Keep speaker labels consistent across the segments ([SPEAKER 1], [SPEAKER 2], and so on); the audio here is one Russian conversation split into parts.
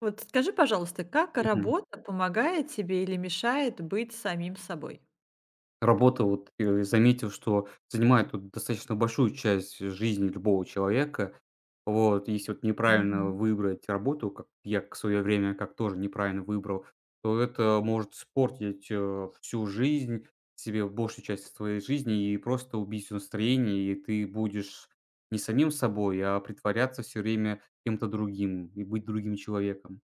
[SPEAKER 1] Вот скажи, пожалуйста, как
[SPEAKER 2] Мгм.
[SPEAKER 1] работа помогает тебе или мешает быть самим собой?
[SPEAKER 2] Работа, вот ты заметил, что занимает вот достаточно большую часть жизни любого человека. Вот, если вот неправильно
[SPEAKER 1] Мгм.
[SPEAKER 2] выбрать работу, как я к свое время как тоже неправильно выбрал, то это может испортить всю жизнь, себе большую часть твоей жизни и просто убить всё настроение, и ты будешь не самим собой, а притворяться все время кем-то другим и быть другим человеком.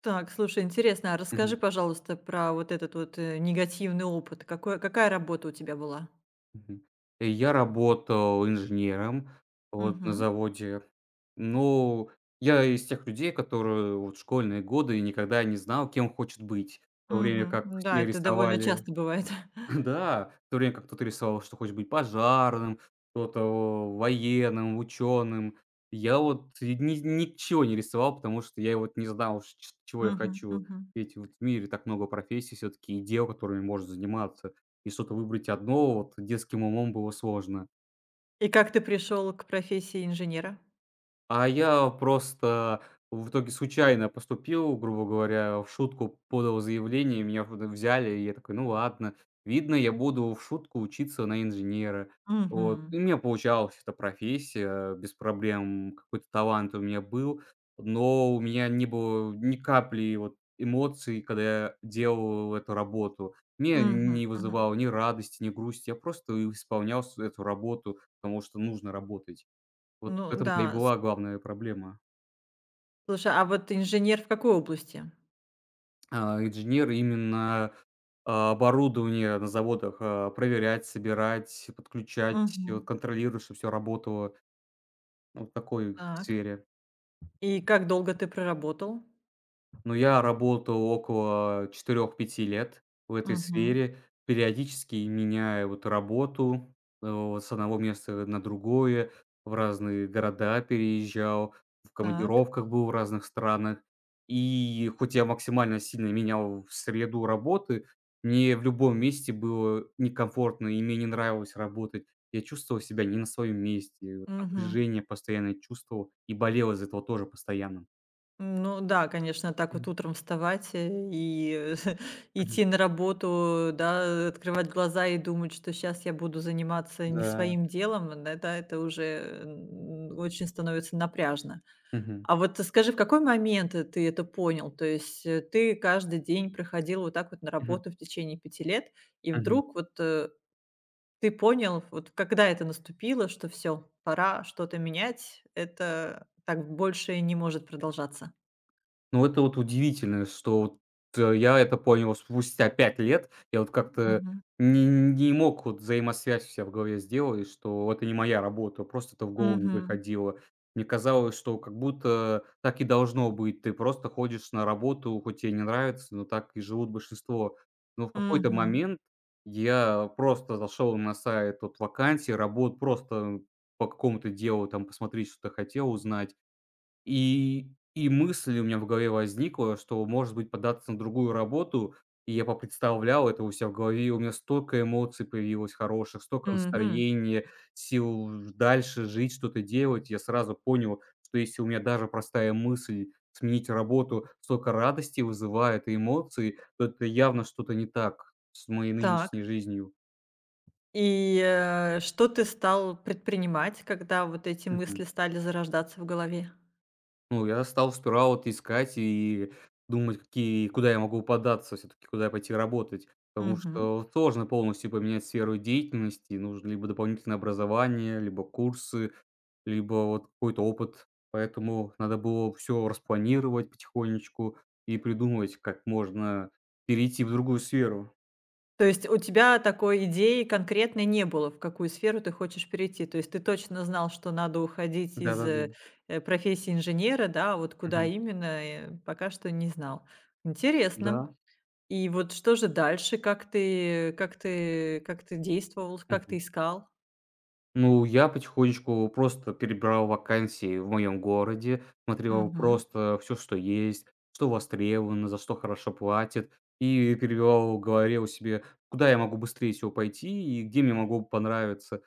[SPEAKER 1] Так, слушай, интересно, а расскажи, пожалуйста, про вот этот вот, негативный опыт. Какой какая работа у тебя была?
[SPEAKER 2] Мгм. Я работал инженером, вот, на
[SPEAKER 1] Мгм.
[SPEAKER 2] заводе. Ну, я из тех людей, которые вот в школьные годы никогда не знал, кем хочет быть. В то время
[SPEAKER 1] Мгм.
[SPEAKER 2] как
[SPEAKER 1] Да,
[SPEAKER 2] все
[SPEAKER 1] это довольно
[SPEAKER 2] рисовали
[SPEAKER 1] часто бывает.
[SPEAKER 2] да, в то время как кто-то рисовал, что хочет быть пожарным, кто-то военным, ученым. Я вот и ни ничего не рисовал, потому что я вот не знал, ш ч чего я
[SPEAKER 1] Мгм,
[SPEAKER 2] хочу.
[SPEAKER 1] мгм.
[SPEAKER 2] Ведь вот в мире так много профессий все таки и дел, которыми можно заниматься, и что-то выбрать одно вот детским умом было сложно.
[SPEAKER 1] И как ты пришел к профессии инженера?
[SPEAKER 2] А я просто в итоге случайно поступил, грубо говоря, в шутку подал заявление, меня взяли, и я такой, ну ладно, видно, я буду в шутку учиться на инженера. Вот. И
[SPEAKER 1] Мгм.
[SPEAKER 2] у меня получалась эта профессия, без проблем, какой-то талант у меня был, но у меня не было ни капли вот эмоций, когда я делал эту работу. Мне
[SPEAKER 1] Мгм,
[SPEAKER 2] не
[SPEAKER 1] мгм.
[SPEAKER 2] вызывало ни радости, ни грусти, я просто исполнял эту работу, потому что нужно работать. Вот в
[SPEAKER 1] Ну
[SPEAKER 2] этом-то и
[SPEAKER 1] да, с
[SPEAKER 2] была главная проблема.
[SPEAKER 1] слушай, а вот инженер в какой области?
[SPEAKER 2] А, инженеры именно, оборудование на заводах, проверять, собирать, подключать, и
[SPEAKER 1] Мгм.
[SPEAKER 2] вот контролировать, чтобы все работало. Вот в такой
[SPEAKER 1] Так.
[SPEAKER 2] сфере.
[SPEAKER 1] И как долго ты проработал?
[SPEAKER 2] Но я работал около 4 5 лет в этой
[SPEAKER 1] Мгм.
[SPEAKER 2] сфере, периодически меняя вот работу, вот с одного места на другое, в разные города переезжал, в
[SPEAKER 1] Так.
[SPEAKER 2] командировках был в разных странах. И хоть я максимально сильно менял в среду работы, мне в любом месте было некомфортно, и мне не нравилось работать. Я чувствовал себя не на своем месте, вот
[SPEAKER 1] Мгм.
[SPEAKER 2] напряжение постоянно чувствовал и болел из этого тоже постоянно.
[SPEAKER 1] Ну да, конечно, так вот
[SPEAKER 2] Мгм.
[SPEAKER 1] утром вставать, и
[SPEAKER 2] Мгм.
[SPEAKER 1] идти на работу, да, открывать глаза и думать, что сейчас я буду заниматься не
[SPEAKER 2] Да.
[SPEAKER 1] своим делом, н да, да, это уже, очень становится напряжно.
[SPEAKER 2] Мгм.
[SPEAKER 1] А вот скажи, в какой момент, ты это понял? То есть, ты каждый день проходил вот так вот на
[SPEAKER 2] Мгм.
[SPEAKER 1] работу в течение пяти лет, и
[SPEAKER 2] Мгм.
[SPEAKER 1] вдруг вот, ты понял, вот когда это наступило, что все пора что-то менять, это так больше не может продолжаться?
[SPEAKER 2] Ну, это вот удивительно, что вот, я это понял спустя 5 лет. Я вот как-то
[SPEAKER 1] Мгм.
[SPEAKER 2] не мог вот взаимосвязь у себя в голове сделать, что это не моя работа, просто это в голову не
[SPEAKER 1] Мгм.
[SPEAKER 2] приходило. Мне казалось, что как будто так и должно быть. Ты просто ходишь на работу, хоть тебе не нравится, но так и живут большинство. Но в какой-то
[SPEAKER 1] Мгм.
[SPEAKER 2] момент я просто зашел на сайт вот вакансий, работ, просто по какому-то делу там посмотреть, что-то хотел узнать. И мысль у меня в голове возникла, что, может быть, податься на другую работу. И я попредставлял это у себя в голове, и у меня столько эмоций появилось хороших, столько
[SPEAKER 1] Мгм.
[SPEAKER 2] настроения, сил ж дальше жить, что-то делать. Я сразу понял, что если у меня даже простая мысль сменить работу столько радости вызывает и эмоций, то это явно что-то не так с моей
[SPEAKER 1] Так.
[SPEAKER 2] нынешней жизнью.
[SPEAKER 1] И, что ты стал предпринимать, когда вот эти мысли стали зарождаться в голове?
[SPEAKER 2] Ну, я стал сперва вот искать и думать, какие куда я могу податься все таки куда пойти работать. Потому
[SPEAKER 1] Мгм.
[SPEAKER 2] что сложно полностью поменять сферу деятельности. Нужно либо дополнительное образование, либо курсы, либо вот какой-то опыт. Поэтому надо было все распланировать потихонечку и придумывать, как можно перейти в другую сферу.
[SPEAKER 1] То есть у тебя такой идеи конкретной не было, в какую сферу ты хочешь перейти? То есть ты точно знал, что надо уходить из,
[SPEAKER 2] Да-да-да.
[SPEAKER 1] профессии инженера, да, а вот куда
[SPEAKER 2] Мгм.
[SPEAKER 1] именно, пока что не знал. Интересно.
[SPEAKER 2] Да.
[SPEAKER 1] И вот что же дальше? Как ты действовал, как ты искал?
[SPEAKER 2] Ну, я потихонечку просто перебирал вакансии в моем городе, смотрел
[SPEAKER 1] Мгм.
[SPEAKER 2] просто все, что есть, что востребовано, за что хорошо платят, и перебивал в голове у себе, куда я могу быстрее всего пойти и где мне могло бы понравиться.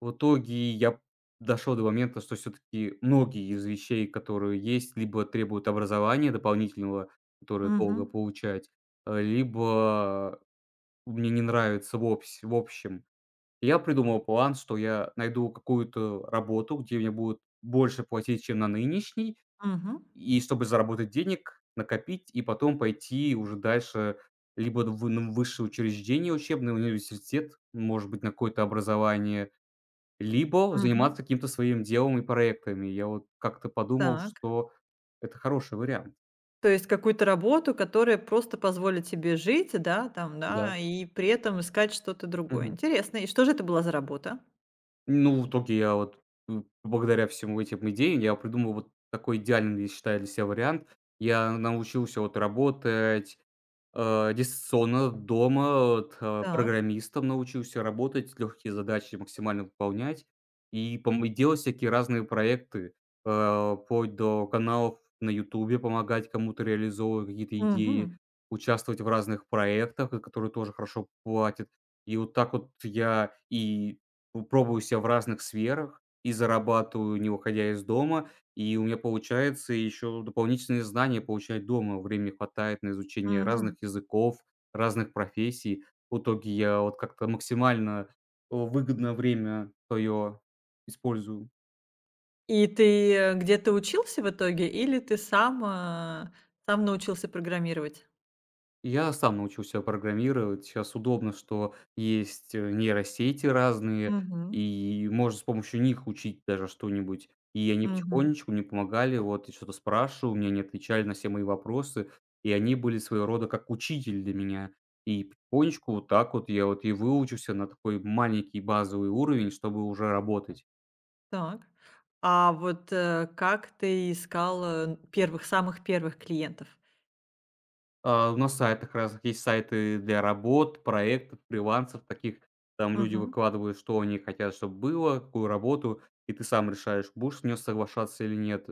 [SPEAKER 2] В итоге я дошел до момента, что все таки многие из вещей, которые есть, либо требуют образования дополнительного, которое долго
[SPEAKER 1] Мгм.
[SPEAKER 2] получать, либо мне не нравится в общем. Я придумал план, что я найду какую-то работу, где мне будут больше платить, чем на нынешней,
[SPEAKER 1] Мгм.
[SPEAKER 2] и чтобы заработать денег, накопить и потом пойти уже дальше либо в ну, высшее учреждение учебное, университет, может быть, на какое-то образование, либо
[SPEAKER 1] Мгм.
[SPEAKER 2] заниматься каким-то своим делом и проектами. Я вот как-то подумал,
[SPEAKER 1] Так.
[SPEAKER 2] что это хороший вариант.
[SPEAKER 1] То есть какую-то работу, которая просто позволит тебе жить, да, там,
[SPEAKER 2] Да.
[SPEAKER 1] да, и при этом искать что-то другое. Интересно. И что же это была за работа?
[SPEAKER 2] Ну, в итоге я вот, благодаря всему этим идеям, я придумал вот такой идеальный, я считаю, для себя вариант. Я научился вот работать, дистанционно дома, вот,
[SPEAKER 1] Так.
[SPEAKER 2] программистом научился работать, легкие задачи максимально выполнять и пом и делать всякие разные проекты, вплоть до каналов на "Ютубе", помогать кому-то реализовывать какие-то идеи,
[SPEAKER 1] Мгм.
[SPEAKER 2] участвовать в разных проектах, которые тоже хорошо платят. И вот так вот я и пробую себя в разных сферах и зарабатываю, не выходя из дома. И у меня получается еще дополнительные знания получать дома. Времени хватает на изучение
[SPEAKER 1] Мгм.
[SPEAKER 2] разных языков, разных профессий. В итоге я вот как-то максимально, выгодно время свое использую.
[SPEAKER 1] И ты, где-то учился в итоге или ты сам научился программировать?
[SPEAKER 2] Я сам научился программировать. Сейчас удобно, что есть, нейросети разные,
[SPEAKER 1] Мгм.
[SPEAKER 2] и можно с помощью них учить даже что-нибудь. И они
[SPEAKER 1] Мгм.
[SPEAKER 2] потихонечку мне помогали, вот, я что-то спрашивал, мне они отвечали на все мои вопросы, и они были своего рода как учитель для меня. И потихонечку вот так вот я вот и выучился на такой маленький базовый уровень, чтобы уже работать.
[SPEAKER 1] Так. А вот, как ты искал, первых, самых первых клиентов?
[SPEAKER 2] А, на сайтах разных есть сайты для работ, проектов, фрилансов таких. Там люди
[SPEAKER 1] Мгм.
[SPEAKER 2] выкладывают, что они хотят, чтобы было, какую работу, и ты сам решаешь, будешь с неё соглашаться или нет.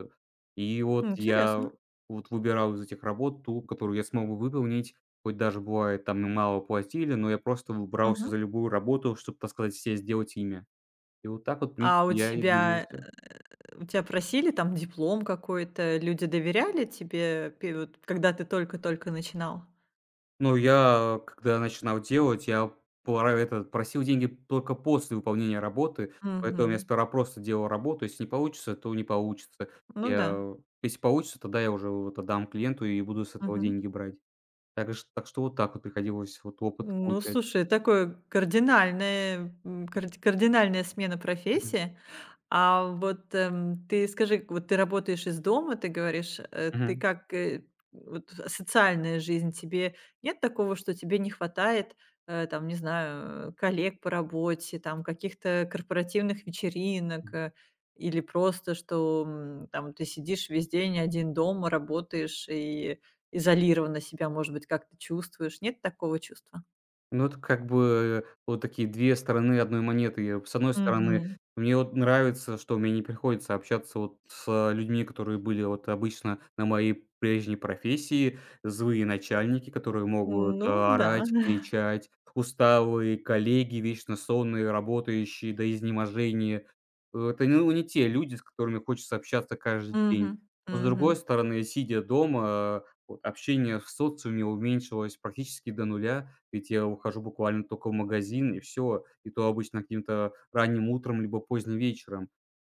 [SPEAKER 2] И вот я
[SPEAKER 1] Интересно.
[SPEAKER 2] вот выбирал из этих работ ту, которую я смогу выполнить. Хоть даже бывает, там и мало платили, но я просто в брался
[SPEAKER 1] Мгм.
[SPEAKER 2] за любую работу, чтобы, так сказать, себе сделать имя. И вот так вот, в
[SPEAKER 1] А
[SPEAKER 2] принципе,
[SPEAKER 1] у
[SPEAKER 2] я и
[SPEAKER 1] тебя
[SPEAKER 2] двигался.
[SPEAKER 1] У тебя просили там диплом какой-то? Люди доверяли тебе, пе вот когда ты только-только начинал?
[SPEAKER 2] Ну, я, когда начинал делать, я пора это просил деньги только после выполнения работы, поэтому я
[SPEAKER 1] Мгм.
[SPEAKER 2] сперва просто делал работу. Если не получится, то не получится.
[SPEAKER 1] Ну да.
[SPEAKER 2] Я если получится, тогда я уже вот отдам клиенту и буду с этого
[SPEAKER 1] Мгм.
[SPEAKER 2] деньги брать. Так что вот так вот приходилось вот опыт
[SPEAKER 1] Ну,
[SPEAKER 2] получать.
[SPEAKER 1] слушай, такое кардинальное, кардинальная смена
[SPEAKER 2] Мгм.
[SPEAKER 1] профессии. А вот, ты скажи, вот ты работаешь из дома, ты говоришь, ты
[SPEAKER 2] Мгм.
[SPEAKER 1] вот социальная жизнь, тебе нет такого, что тебе не хватает, там, не знаю, коллег по работе, там, каких-то корпоративных вечеринок, или просто, что, там ты сидишь весь день один дома, работаешь и изолированно себя, может быть, как-то чувствуешь? Нет такого чувства?
[SPEAKER 2] Ну, это как бы вот такие 2 стороны одной монеты. Я, вот, с одной стороны,
[SPEAKER 1] Мгм.
[SPEAKER 2] мне вот нравится, что мне не приходится общаться вот с людьми, которые были вот обычно на моей прежней профессии. Злые начальники, которые могут
[SPEAKER 1] Ну да.
[SPEAKER 2] орать, кричать, усталые коллеги, вечно сонные, работающие до изнеможения. Это, ну, не те люди, с которыми хочется общаться каждый
[SPEAKER 1] Мгм.
[SPEAKER 2] день. Но, с другой
[SPEAKER 1] Мгм.
[SPEAKER 2] стороны, сидя дома, вот общение в социуме уменьшилось практически до нуля, ведь я ухожу буквально только в магазин, и все. И то обычно каким-то ранним утром либо поздним вечером.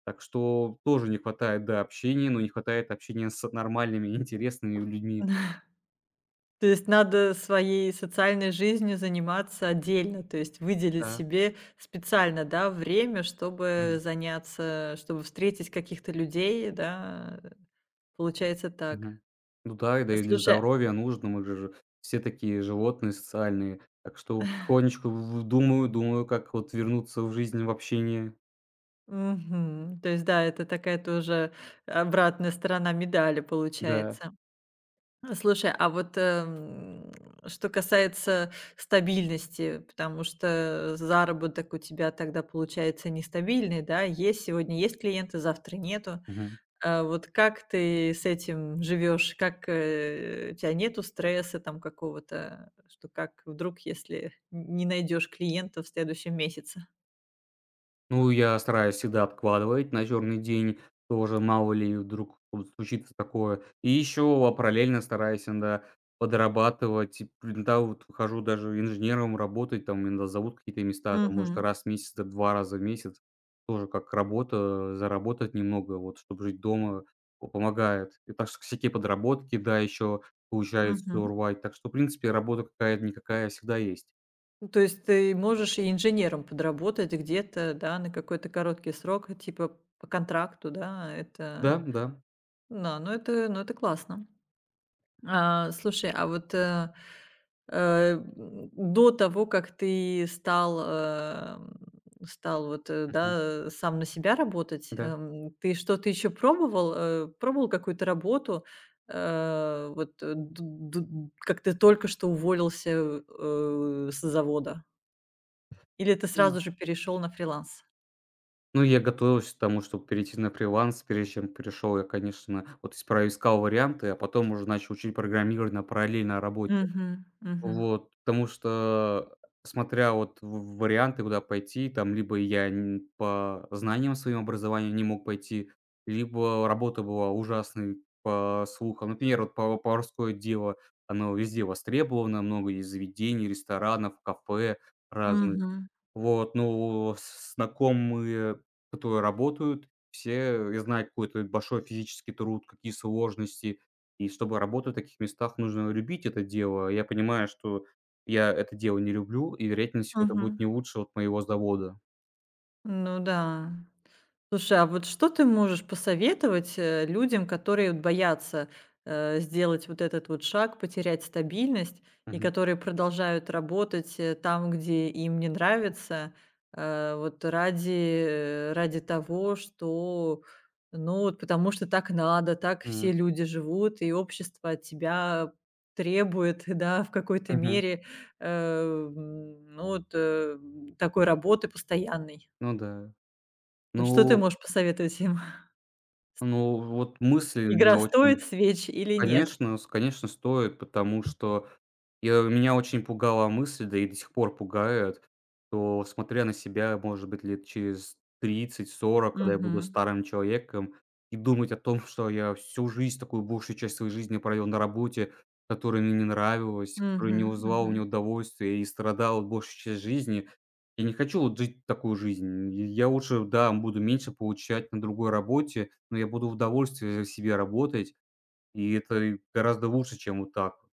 [SPEAKER 2] Так что тоже не хватает, да, общения, но не хватает общения с нормальными, интересными людьми.
[SPEAKER 1] То есть надо своей социальной жизнью заниматься отдельно, то есть выделить
[SPEAKER 2] Да.
[SPEAKER 1] себе специально, да, время, чтобы
[SPEAKER 2] Мгм.
[SPEAKER 1] заняться, чтобы встретить каких-то людей, да. Получается так.
[SPEAKER 2] Мгм. Ну да, и да и для
[SPEAKER 1] Слушай,
[SPEAKER 2] здоровья нужно. Мы же все такие животные социальные. Так что потихонечку в думаю, как вот вернуться в жизнь, в общение.
[SPEAKER 1] мгм, то есть, да, это такая тоже обратная сторона медали
[SPEAKER 2] Да.
[SPEAKER 1] получается. Слушай, а вот, что касается стабильности, потому что заработок у тебя тогда получается нестабильный, да? Есть сегодня есть клиенты, завтра нету.
[SPEAKER 2] Мгм.
[SPEAKER 1] А вот как ты с этим живешь? У тебя нету стресса там какого-то, что как вдруг, если не найдешь клиента в следующем месяце?
[SPEAKER 2] Ну, я стараюсь всегда откладывать на черный день, тоже мало ли вдруг вот случится такое. И еще параллельно стараюсь иногда подрабатывать, и иногда вот хожу даже инженером работать, там иногда зовут какие-то места, там, может,
[SPEAKER 1] Мгм.
[SPEAKER 2] раз в месяц, да 2 раза в месяц, тоже как работа, заработать немного, вот, чтобы жить дома, помогает. И так что всякие подработки, да, еще получается урвать. Так что, в принципе, работа какая-никакая всегда есть.
[SPEAKER 1] Ну, то есть ты можешь и инженером подработать где-то, да, на какой-то короткий срок, типа по контракту, да,
[SPEAKER 2] Да,
[SPEAKER 1] это,
[SPEAKER 2] да.
[SPEAKER 1] да, ну это классно. Слушай, а вот до того, как ты стал, стал вот,
[SPEAKER 2] Мгм.
[SPEAKER 1] сам на себя работать,
[SPEAKER 2] Да.
[SPEAKER 1] ты что-то еще пробовал, пробовал какую-то работу, э, вот э, д- как ты только что уволился с завода? Или ты сразу же перешел на фриланс?
[SPEAKER 2] Ну, я готовился к тому, чтобы перейти на фриланс. Прежде чем перешел, я, конечно, вот с искал варианты, а потом уже начал учить программирование на параллельной работе.
[SPEAKER 1] Мгм, мгм,
[SPEAKER 2] Вот, потому что, смотря вот в варианты, куда пойти, там либо я н по знаниям, своим образованию не мог пойти, либо работа была ужасной по слухам. Например, вот поварское дело, оно везде востребовано, много есть заведений, ресторанов, кафе разных.
[SPEAKER 1] мгм,
[SPEAKER 2] Вот, ну, с знакомые, которые работают, все, я знаю, какой-то большой физический труд, какие сложности. И чтобы работать в таких местах, нужно любить это дело. Я понимаю, что я это дело не люблю, и, вероятнее всего, это будет
[SPEAKER 1] мгм.
[SPEAKER 2] не лучше от моего завода.
[SPEAKER 1] Ну да. Слушай, а вот что ты можешь посоветовать, людям, которые вот боятся, сделать вот этот вот шаг, потерять стабильность и
[SPEAKER 2] Мгм.
[SPEAKER 1] которые продолжают работать, там, где им не нравится, э, вот ради э, ради того, что, ну, вот потому что так надо, так
[SPEAKER 2] Мгм.
[SPEAKER 1] все люди живут, и общество от тебя требует, да, в какой-то
[SPEAKER 2] Мгм.
[SPEAKER 1] мере, эм, ну, вот, э, такой работы постоянной.
[SPEAKER 2] Ну да.
[SPEAKER 1] Вот что ты
[SPEAKER 2] Ну
[SPEAKER 1] можешь посоветовать им?
[SPEAKER 2] ну, вот мысли меня
[SPEAKER 1] Игра стоит
[SPEAKER 2] очень
[SPEAKER 1] свеч или нет?
[SPEAKER 2] конечно с конечно, стоит, потому что Я меня очень пугала мысль, да и до сих пор пугает, что, смотря на себя, может быть, лет через 30-40, когда я буду
[SPEAKER 1] Мгм.
[SPEAKER 2] старым человеком, и думать о том, что я всю жизнь, такую большую часть своей жизни провел на работе, которая мне не нравилась, которая
[SPEAKER 1] Мгм.
[SPEAKER 2] не вызывала у
[SPEAKER 1] Мгм.
[SPEAKER 2] меня удовольствия и страдал большую часть жизни. Я не хочу вот жить такую жизнь. И я лучше, да, буду меньше получать на другой работе, но я буду в удовольствие себе работать, и это гораздо лучше, чем вот так. Вот,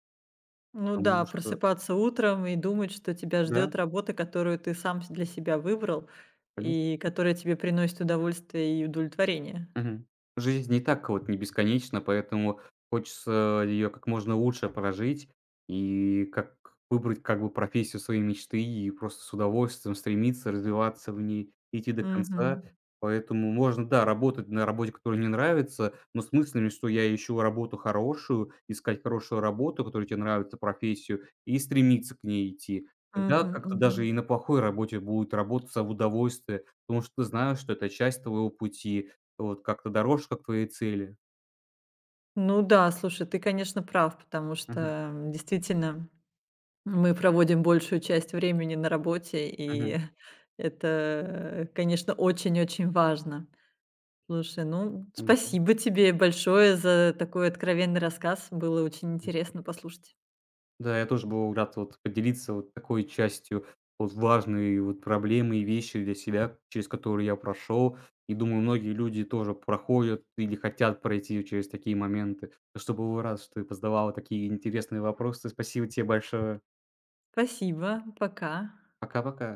[SPEAKER 1] Ну да,
[SPEAKER 2] потому что
[SPEAKER 1] просыпаться утром и думать, что тебя
[SPEAKER 2] да.
[SPEAKER 1] ждет работа, которую ты сам с для себя выбрал
[SPEAKER 2] Конечно.
[SPEAKER 1] и которая тебе приносит удовольствие и удовлетворение.
[SPEAKER 2] Мгм. Жизнь не так вот не бесконечна, поэтому хочется ее как можно лучше прожить и как выбрать как бы профессию своей мечты и просто с удовольствием стремиться развиваться в ней, идти до конца.
[SPEAKER 1] Мгм.
[SPEAKER 2] Поэтому можно, да, работать на работе, которая не нравится, но с мыслями, что я ищу работу хорошую, искать хорошую работу, которая тебе нравится, профессию, и стремиться к ней идти. Тогда
[SPEAKER 1] Мгм.
[SPEAKER 2] как-то
[SPEAKER 1] Мгм.
[SPEAKER 2] даже и на плохой работе будет работаться в удовольствие, потому что ты знаешь, что это часть твоего пути, вот как-то дороже, как твоей цели.
[SPEAKER 1] Ну да, слушай, ты, конечно, прав, потому что,
[SPEAKER 2] Мгм,
[SPEAKER 1] действительно, мы проводим большую часть времени на работе,
[SPEAKER 2] мгм.
[SPEAKER 1] и это, конечно, очень-очень важно. Слушай, ну,
[SPEAKER 2] Да,
[SPEAKER 1] спасибо тебе большое за такой откровенный рассказ. Было очень
[SPEAKER 2] м.
[SPEAKER 1] интересно послушать.
[SPEAKER 2] Да, я тоже был рад вот поделиться вот такой частью вот важной вот проблемы и вещи для себя, через которые я прошел. И думаю, многие люди тоже проходят или хотят пройти через такие моменты. Так что был рад, что ты позадавала такие интересные вопросы. Спасибо тебе большое.
[SPEAKER 1] Спасибо, пока.
[SPEAKER 2] Пока-пока.